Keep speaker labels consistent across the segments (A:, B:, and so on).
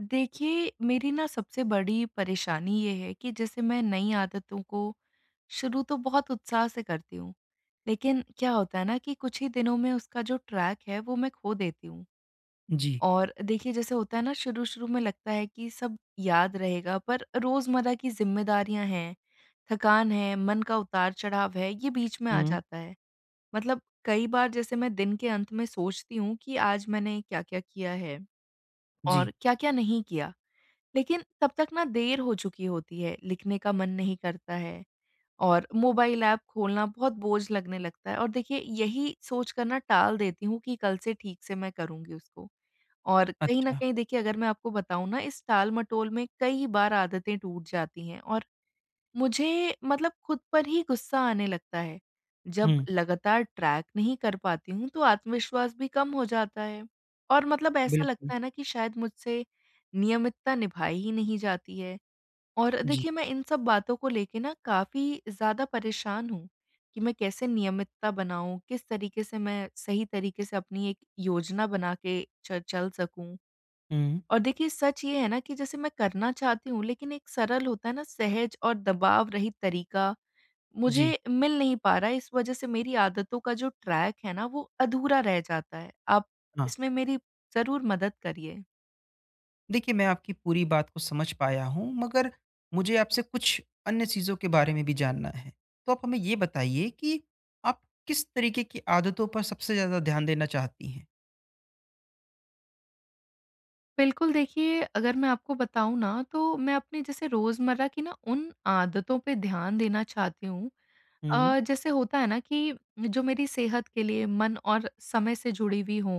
A: देखिए, मेरी ना सबसे बड़ी परेशानी ये है कि जैसे मैं नई आदतों को शुरू तो बहुत उत्साह से करती हूँ, लेकिन क्या होता है ना कि कुछ ही दिनों में उसका जो ट्रैक है वो मैं खो देती हूँ।
B: जी।
A: और देखिए जैसे होता है ना शुरू-शुरू में लगता है कि सब याद रहेगा पर रोज़मर्रा की ज़िम्मेदारियाँ हैं, थकान है, मन का उतार-चढ़ाव है, ये बीच में आ
B: हुँ।
A: जाता है। मतलब कई बार जैसे मैं दिन के अंत में सोचती हूँ कि आज मैंने क्या-क्या किया है
B: जी।
A: और क्या-क्या नहीं किया। लेकिन तब तक ना देर हो चुकी होती है, लिखने का मन नहीं करता है और मोबाइल ऐप खोलना बहुत बोझ लगने लगता है और देखिए यही सोच कर ना टाल देती हूँ कि कल से ठीक से मैं करूँगी उसको। और कहीं न
B: अच्छा।
A: कहीं देखिए अगर मैं आपको बताऊँ ना इस टाल-मटोल में कई बार आदतें टूट जाती हैं और मुझे मतलब खुद पर ही गुस्सा आने लगता है। जब
B: हुँ।
A: लगातार ट्रैक नहीं कर पाती हूँ, तो आत्मविश्वास भी कम हो जाता है और मतलब ऐसा
B: बिल्कुल।
A: लगता है ना कि शायद मुझसे नियमितता निभाई ही नहीं जाती है। और
B: जी।
A: देखिए, मैं इन सब बातों को लेके ना काफ़ी ज़्यादा परेशान हूँ कि मैं कैसे नियमितता बनाऊँ, किस तरीके से मैं सही तरीके से अपनी एक योजना बना के च चल सकूँ।
B: हुँ।
A: और देखिए सच ये है ना कि जैसे मैं करना चाहती हूँ, लेकिन एक सरल होता है ना सहज और दबाव रहित तरीका मुझे
B: जी,
A: मिल नहीं पा रहा है, इस वजह से मेरी आदतों का जो ट्रैक है ना वो अधूरा रह जाता है। आप
B: हाँ।
A: इसमें मेरी ज़रूर मदद करिए।
B: देखिए, मैं आपकी पूरी बात को समझ पाया हूँ, मगर मुझे आपसे कुछ अन्य चीज़ों के बारे में भी जानना है। तो आप हमें ये बताइए कि आप किस तरीके की आदतों पर सबसे ज़्यादा ध्यान देना चाहती हैं?
A: बिल्कुल, देखिए अगर मैं आपको बताऊँ ना तो मैं अपनी जैसे रोज़मर्रा की ना उन आदतों पे ध्यान देना चाहती हूँ।
B: हुँ।
A: जैसे होता है ना कि जो मेरी सेहत के लिए, मन और समय से जुड़ी हुई हों।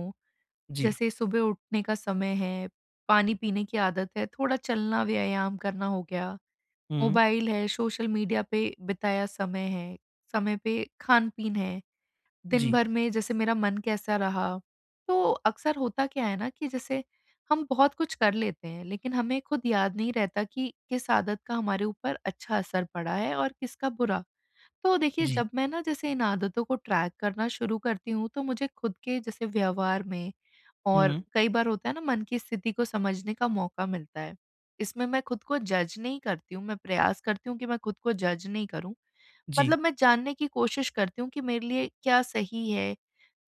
B: जी।
A: जैसे सुबह उठने का समय है, पानी पीने की आदत है, थोड़ा चलना, व्यायाम करना हो गया,
B: हुँ।
A: मोबाइल है, सोशल मीडिया पे बिताया समय है, समय पे खान-पीन है, दिन
B: जी।
A: भर में जैसे मेरा मन कैसा रहा। तो अक्सर होता क्या है ना कि जैसे हम बहुत कुछ कर लेते हैं, लेकिन हमें खुद याद नहीं रहता कि किस आदत का हमारे ऊपर अच्छा असर पड़ा है और किसका बुरा। तो देखिए
B: जी।
A: जब मैं ना जैसे इन आदतों को ट्रैक करना शुरू करती हूँ तो मुझे खुद के जैसे व्यवहार में और
B: हुँ।
A: कई बार होता है ना मन की स्थिति को समझने का मौका मिलता है। इसमें मैं खुद को जज नहीं करती हूँ, मैं प्रयास करती हूँ कि मैं खुद को जज नहीं करूँ।
B: जी।
A: मतलब मैं जानने की कोशिश करती हूँ कि मेरे लिए क्या सही है,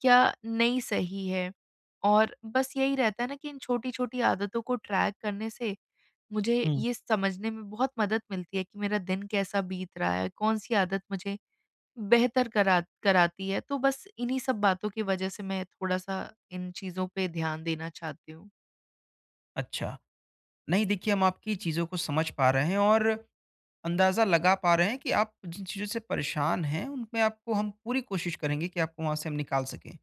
A: क्या नहीं सही है। और बस यही रहता है ना कि इन छोटी-छोटी आदतों को ट्रैक करने से मुझे
B: हुँ।
A: ये समझने में बहुत मदद मिलती है कि मेरा दिन कैसा बीत रहा है, कौन-सी आदत मुझे बेहतर कराती है, तो बस इन्हीं सब बातों की वजह से मैं थोड़ा-सा इन चीज़ों पे ध्यान देना चाहती हूँ।
B: अच्छा। नहीं, देखिए, हम आपकी चीज़ों को समझ पा रहे हैं और अंदाज़ा लगा पा रहे हैं कि आप जिन चीज़ों से परेशान हैं, उनमें आपको हम पूरी कोशिश करेंगे कि आपको वहाँ से हम निकाल सकें।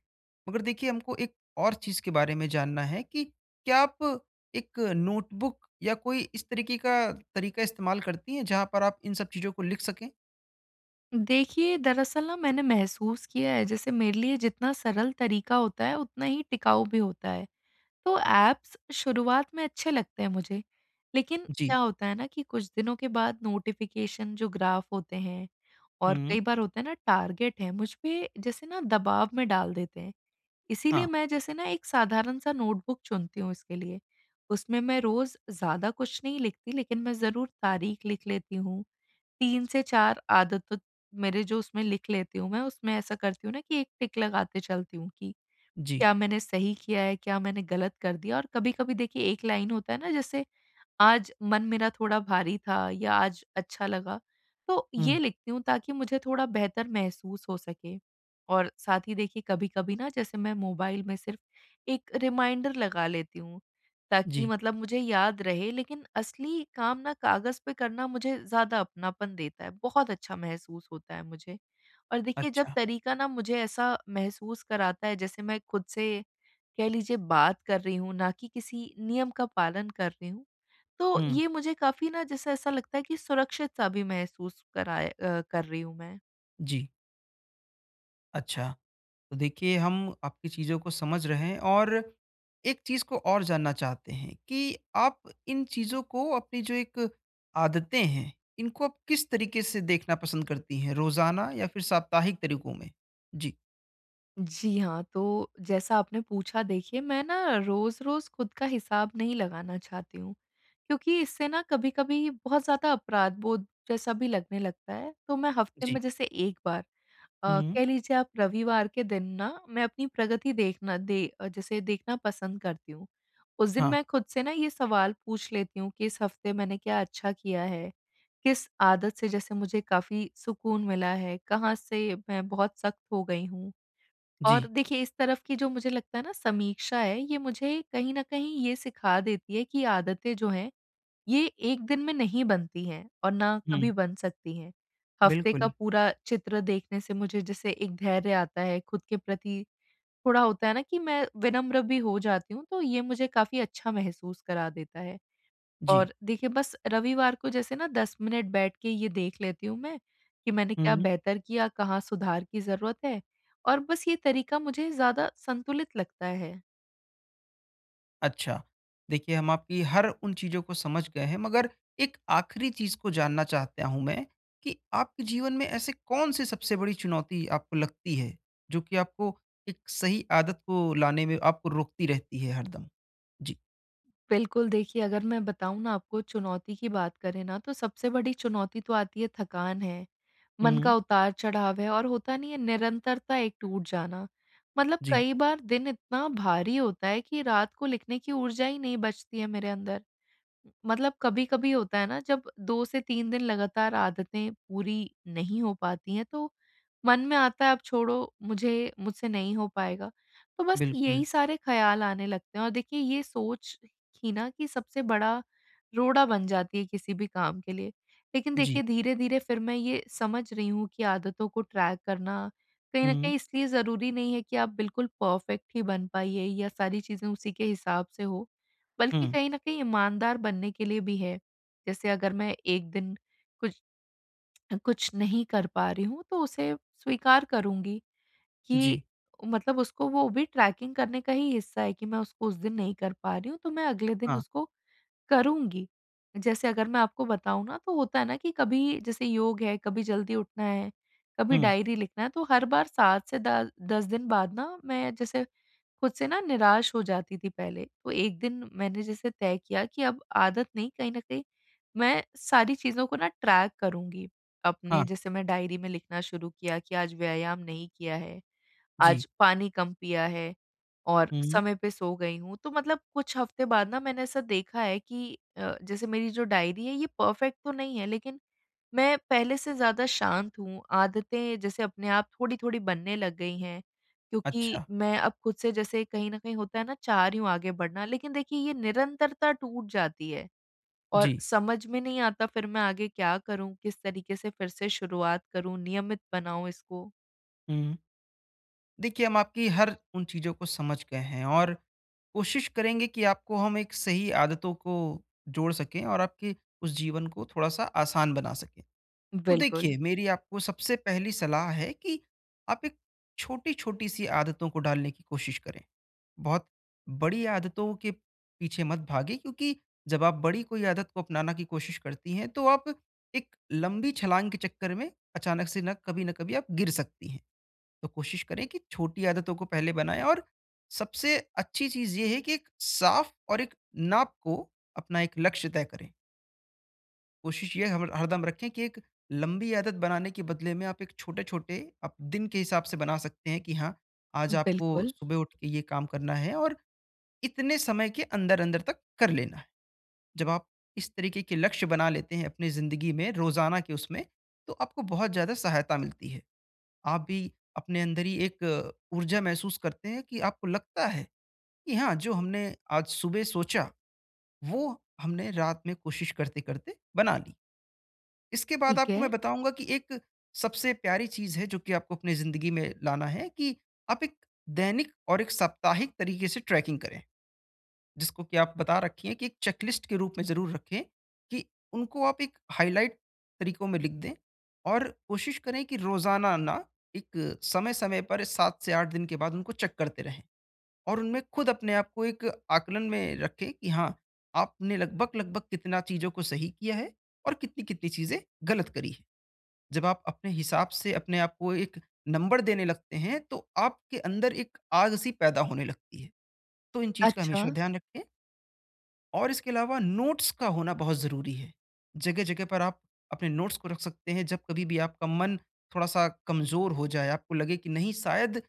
B: मगर देखिए, हमको एक और चीज़ के बारे में जानना है कि क्या आप एक नोटबुक या कोई इस तरीके का तरीका इस्तेमाल करती हैं, जहाँ पर आप इन सब चीज़ों को लिख सकें?
A: देखिए, दरअसल ना मैंने महसूस किया है जैसे मेरे लिए जितना सरल तरीका होता है, उतना ही टिकाऊ भी होता है। तो ऐप्स शुरुआत में अच्छे लगते हैं मुझे, लेकिन
B: जी।
A: क्या होता है ना कि कुछ दिनों के बाद नोटिफ़िकेशन, जो ग्राफ होते हैं और
B: हुँ।
A: कई बार होता है ना टारगेट है, मुझ पे जैसे ना दबाव में डाल देते हैं। इसीलिए
B: हाँ।
A: मैं जैसे ना एक साधारण सा नोटबुक चुनती हूँ इसके लिए। उसमें मैं रोज़ ज़्यादा कुछ नहीं लिखती, लेकिन मैं ज़रूर तारीख लिख लेती हूँ। 3 से 4 आदत मेरे जो उसमें लिख लेती हूँ मैं, उसमें ऐसा करती हूँ ना कि एक टिक लगाते चलती हूँ कि
B: जी।
A: क्या मैंने सही किया है, क्या मैंने गलत कर दिया। और कभी-कभी देखिए एक लाइन होता है ना, जैसे आज मन मेरा थोड़ा भारी था या आज अच्छा लगा, तो ये
B: हुँ।
A: लिखती हूँ ताकि मुझे थोड़ा बेहतर महसूस हो सके। और साथ ही देखिए कभी-कभी ना जैसे मैं मोबाइल में सिर्फ़ एक रिमाइंडर लगा लेती हूँ, ताकि
B: जी।
A: मतलब मुझे याद रहे, लेकिन असली काम ना कागज़ पे करना मुझे ज़्यादा अपनापन देता है, बहुत अच्छा महसूस होता है मुझे। और देखिए जब
B: अच्छा।
A: तरीका ना मुझे ऐसा महसूस कराता है जैसे मैं खुद से कह लीजिए बात कर रही हूँ, ना कि किसी नियम का पालन कर रही हूँ। तो
B: हुँ।
A: ये मुझे काफ़ी ना जैसे ऐसा लगता है कि सुरक्षित-सा भी महसूस कराए कर रही हूँ मैं।
B: जी। अच्छा। तो देखिए, हम आपकी चीज़ों को समझ रहे हैं और एक चीज़ को और जानना चाहते हैं कि आप इन चीज़ों को, अपनी जो एक आदतें हैं, इनको आप किस तरीके से देखना पसंद करती हैं? रोज़ाना या फिर साप्ताहिक तरीकों में? जी।
A: जी हाँ, तो जैसा आपने पूछा देखिए, मैं ना रोज़-रोज़ खुद का हिसाब नहीं लगाना चाहती हूँ, क्योंकि इससे ना कभी-कभी बहुत ज़्यादा अपराध बोध जैसा भी लगने लगता है। तो मैं हफ्ते
B: जी।
A: में जैसे 1 बार
B: हुँ।
A: कह लीजिए आप, रविवार के दिन ना मैं अपनी प्रगति देखना जैसे देखना पसंद करती हूँ। उस दिन
B: हाँ।
A: मैं खुद से ना ये सवाल पूछ लेती हूँ कि इस हफ्ते मैंने क्या अच्छा किया है? किस आदत से जैसे मुझे काफ़ी सुकून मिला है? कहाँ से मैं बहुत सख्त हो गई हूँ?
B: जी।
A: और देखिए इस तरफ की जो मुझे लगता है ना समीक्षा है, ये मुझे कहीं न कहीं ये सिखा देती है कि आदतें जो हैं, ये एक दिन में नहीं बनती हैं और ना कभी
B: हुँ।
A: बन सकती हैं। हफ्ते का
B: बिल्कुल।
A: पूरा चित्र देखने से मुझे जैसे एक धैर्य आता है खुद के प्रति, थोड़ा होता है ना कि मैं विनम्र भी हो जाती हूँ, तो ये मुझे काफ़ी अच्छा महसूस करा देता है।
B: जी।
A: और देखिए बस रविवार को जैसे ना 10 मिनट बैठ के ये देख लेती हूँ मैं कि मैंने क्या
B: हुँ।
A: बेहतर किया, कहाँ सुधार की ज़रूरत है, और बस ये तरीका मुझे ज़्यादा संतुलित लगता है।
B: अच्छा। देखिए, हम आपकी हर उन चीज़ों को समझ गए हैं, मगर एक आखिरी चीज़ को जानना चाहता हूँ मैं, कि आपके जीवन में ऐसे कौन-सी सबसे बड़ी चुनौती आपको लगती है, जो कि आपको एक सही आदत को लाने में आपको रोकती रहती है हरदम? जी।
A: बिल्कुल, देखिए अगर मैं बताऊँ ना आपको, चुनौती की बात करें ना, तो सबसे बड़ी चुनौती तो आती है, थकान है, मन
B: हुँ,
A: का उतार-चढ़ाव है और होता नहीं है निरंतरता, एक टूट जाना। मतलब
B: जी,
A: कई बार दिन इतना भारी होता है कि रात को लिखने की ऊर्जा ही नहीं बचती है मेरे अंदर। मतलब कभी-कभी होता है ना जब 2 से 3 दिन लगातार आदतें पूरी नहीं हो पाती हैं, तो मन में आता है अब छोड़ो, मुझे मुझसे नहीं हो पाएगा। तो बस
B: बिल्कुल।
A: यही सारे ख़्याल आने लगते हैं और देखिए ये सोच ही ना कि सबसे बड़ा रोड़ा बन जाती है किसी भी काम के लिए। लेकिन
B: जी।
A: देखिए धीरे-धीरे फिर मैं ये समझ रही हूँ कि आदतों को ट्रैक करना कहीं न
B: हुँ,
A: कहीं इसलिए ज़रूरी नहीं है कि आप बिल्कुल परफ़ेक्ट ही बन पाइए या सारी चीज़ें उसी के हिसाब से हो। बल्कि
B: हुँ,
A: कहीं न कहीं ईमानदार बनने के लिए भी है। जैसे अगर मैं एक दिन कुछ कुछ नहीं कर पा रही हूँ, तो उसे स्वीकार करूँगी
B: जी।
A: कि मतलब उसको, वो भी ट्रैकिंग करने का ही हिस्सा है कि मैं उसको उस दिन नहीं कर पा रही हूँ, तो मैं अगले दिन
B: हाँ,
A: उसको करूँगी। जैसे अगर मैं आपको बताऊँ ना, तो होता है ना कि कभी जैसे योग है, कभी जल्दी उठना है, कभी
B: हुँ,
A: डायरी लिखना है, तो हर बार 7 से द 10 दिन बाद ना मैं जैसे खुद से ना निराश हो जाती थी पहले। तो एक दिन मैंने जैसे तय किया कि अब आदत नहीं, कहीं न कहीं मैं सारी चीज़ों को ना ट्रैक करूँगी।
B: हाँ,
A: अपने जैसे मैं डायरी में लिखना शुरू किया कि आज व्यायाम नहीं किया है,
B: जी।
A: आज पानी कम पिया है और
B: हुँ,
A: समय पे सो गई हूँ। तो मतलब कुछ हफ्ते बाद ना मैंने ऐसा देखा है कि जैसे मेरी जो डायरी है ये परफेक्ट तो नहीं है, लेकिन मैं पहले से ज़्यादा शांत हूँ, आदतें जैसे अपने आप थोड़ी-थोड़ी बनने लग गई हैं, क्योंकि
B: अच्छा,
A: मैं अब खुद से जैसे कहीं न कहीं होता है ना चाह रही हूँ आगे बढ़ना, लेकिन देखिए ये निरंतरता टूट जाती है और
B: जी।
A: समझ में नहीं आता, फिर मैं आगे क्या करूँ? किस तरीके से फिर से शुरुआत करूँ, नियमित बनाऊँ इसको?
B: हुँ। देखिए, हम आपकी हर उन चीज़ों को समझ गए हैं और कोशिश करेंगे कि आपको हम एक सही आदतों को जोड़ सकें और आपके उस जीवन को थोड़ा सा आसान बना सकें। तो
A: बिल्कुल,
B: देखिए, मेरी आपको सबसे पहली सलाह है कि आप एक छोटी-छोटी सी आदतों को डालने की कोशिश करें। बहुत बड़ी आदतों के पीछे मत भागें, क्योंकि जब आप बड़ी कोई आदत को अपनाना की कोशिश करती हैं, तो आप एक लंबी छलांग के चक्कर में अचानक से ना कभी न कभी आप गिर सकती हैं। तो कोशिश करें कि छोटी आदतों को पहले बनाएं, और सबसे अच्छी चीज़ ये है कि एक साफ और एक नाप को अपना एक लक्ष्य तय करें। कोशिश ये हम हरदम रखें कि एक लंबी आदत बनाने के बदले में आप एक छोटे-छोटे, आप दिन के हिसाब से बना सकते हैं कि हाँ, आज आपको
A: बिल्कुल,
B: सुबह उठ के ये काम करना है और इतने समय के अंदर-अंदर तक कर लेना है। जब आप इस तरीके के लक्ष्य बना लेते हैं अपनी ज़िंदगी में, रोज़ाना के उसमें, तो आपको बहुत ज़्यादा सहायता मिलती है। आप भी अपने अंदर ही एक ऊर्जा महसूस करते हैं कि आपको लगता है कि हाँ, जो हमने आज सुबह सोचा, वो हमने रात में कोशिश करते-करते बना ली। इसके बाद
A: ठीक
B: आपको
A: है।
B: मैं बताऊँगा कि एक सबसे प्यारी चीज़ है, जो कि आपको अपनी ज़िंदगी में लाना है, कि आप एक दैनिक और एक साप्ताहिक तरीके से ट्रैकिंग करें। जिसको कि आप बता रखी हैं कि एक चेकलिस्ट के रूप में ज़रूर रखें, कि उनको आप एक हाइलाइट तरीकों में लिख दें, और कोशिश करें कि रोज़ाना ना एक समय-समय पर 7 से 8 दिन के बाद उनको चेक करते रहें, और उनमें खुद अपने आप को एक आकलन में रखें कि हाँ, आपने लगभग-लगभग कितना चीज़ों को सही किया है और कितनी-कितनी चीज़ें गलत करी हैं। जब आप अपने हिसाब से अपने आप को एक नंबर देने लगते हैं, तो आपके अंदर एक आग-सी पैदा होने लगती है। तो इन चीज़ का
A: अच्छा,
B: हमेशा ध्यान रखें। और इसके अलावा नोट्स का होना बहुत ज़रूरी है। जगह-जगह पर आप अपने नोट्स को रख सकते हैं, जब कभी भी आपका मन थोड़ा-सा कमज़ोर हो जाए, आपको लगे कि नहीं, शायद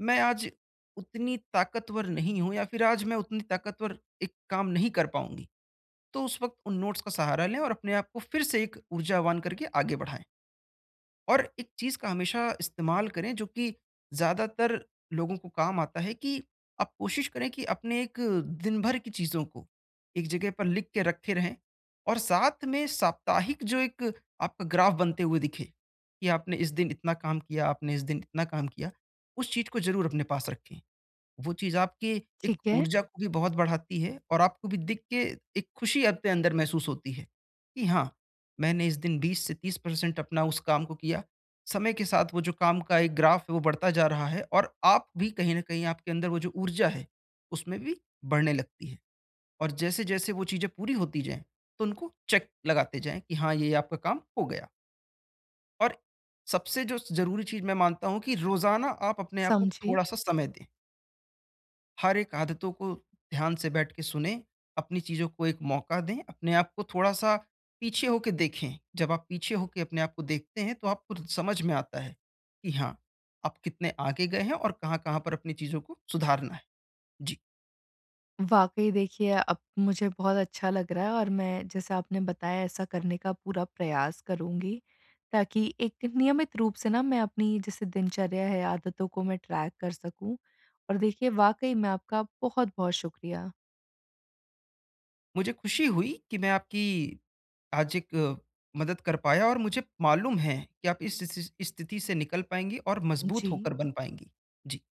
B: मैं आज उतनी ताकतवर नहीं हूँ, या फिर आज मैं उतनी ताकतवर एक काम नहीं कर पाऊँगी। तो उस वक़्त उन नोट्स का सहारा लें और अपने आप को फिर से एक ऊर्जावान करके आगे बढ़ाएँ। और एक चीज़ का हमेशा इस्तेमाल करें, जो कि ज़्यादातर लोगों को काम आता है, कि आप कोशिश करें कि अपने एक दिन भर की चीज़ों को एक जगह पर लिख के रखे रहें, और साथ में साप्ताहिक जो एक आपका ग्राफ बनते हुए दिखे कि आपने इस दिन इतना काम किया, आपने इस दिन इतना काम किया, उस चीज़ को ज़रूर अपने पास रखें। वो चीज़ आपकी एक
A: ठीक है,
B: ऊर्जा को भी बहुत बढ़ाती है, और आपको भी देख के एक खुशी आपके अंदर महसूस होती है कि हाँ, मैंने इस दिन 20 से 30% अपना उस काम को किया। समय के साथ वो जो काम का एक ग्राफ है, वो बढ़ता जा रहा है, और आप भी कहीं न कहीं आपके अंदर वो जो ऊर्जा है, उसमें भी बढ़ने लगती है। और जैसे-जैसे वो चीज़ें पूरी होती जाएँ, तो उनको चेक लगाते जाएँ कि हाँ, ये आपका काम हो गया। और सबसे जो ज़रूरी चीज़ मैं मानता हूँ, कि रोज़ाना आप अपने आप को
A: समझी।
B: थोड़ा-सा समय दें। हर एक आदतों को ध्यान से बैठ के सुनें, अपनी चीज़ों को एक मौका दें, अपने आप को थोड़ा-सा पीछे होके देखें। जब आप पीछे होके अपने आप को देखते हैं, तो आपको समझ में आता है कि हाँ, आप कितने आगे गए हैं और कहाँ-कहाँ पर अपनी चीज़ों को सुधारना है। जी,
A: वाक़ई देखिए, अब मुझे बहुत अच्छा लग रहा है और मैं, जैसे आपने बताया, ऐसा करने का पूरा प्रयास करूँगी, ताकि एक नियमित रूप से ना मैं अपनी जैसे दिनचर्या है, आदतों को मैं ट्रैक कर सकूँ। और देखिए वाक़ई में आपका बहुत-बहुत शुक्रिया।
B: मुझे खुशी हुई कि मैं आपकी आज एक मदद कर पाया, और मुझे मालूम है कि आप इस स्थिति से निकल पाएँगी और मजबूत
A: जी।
B: होकर बन पाएँगी। जी।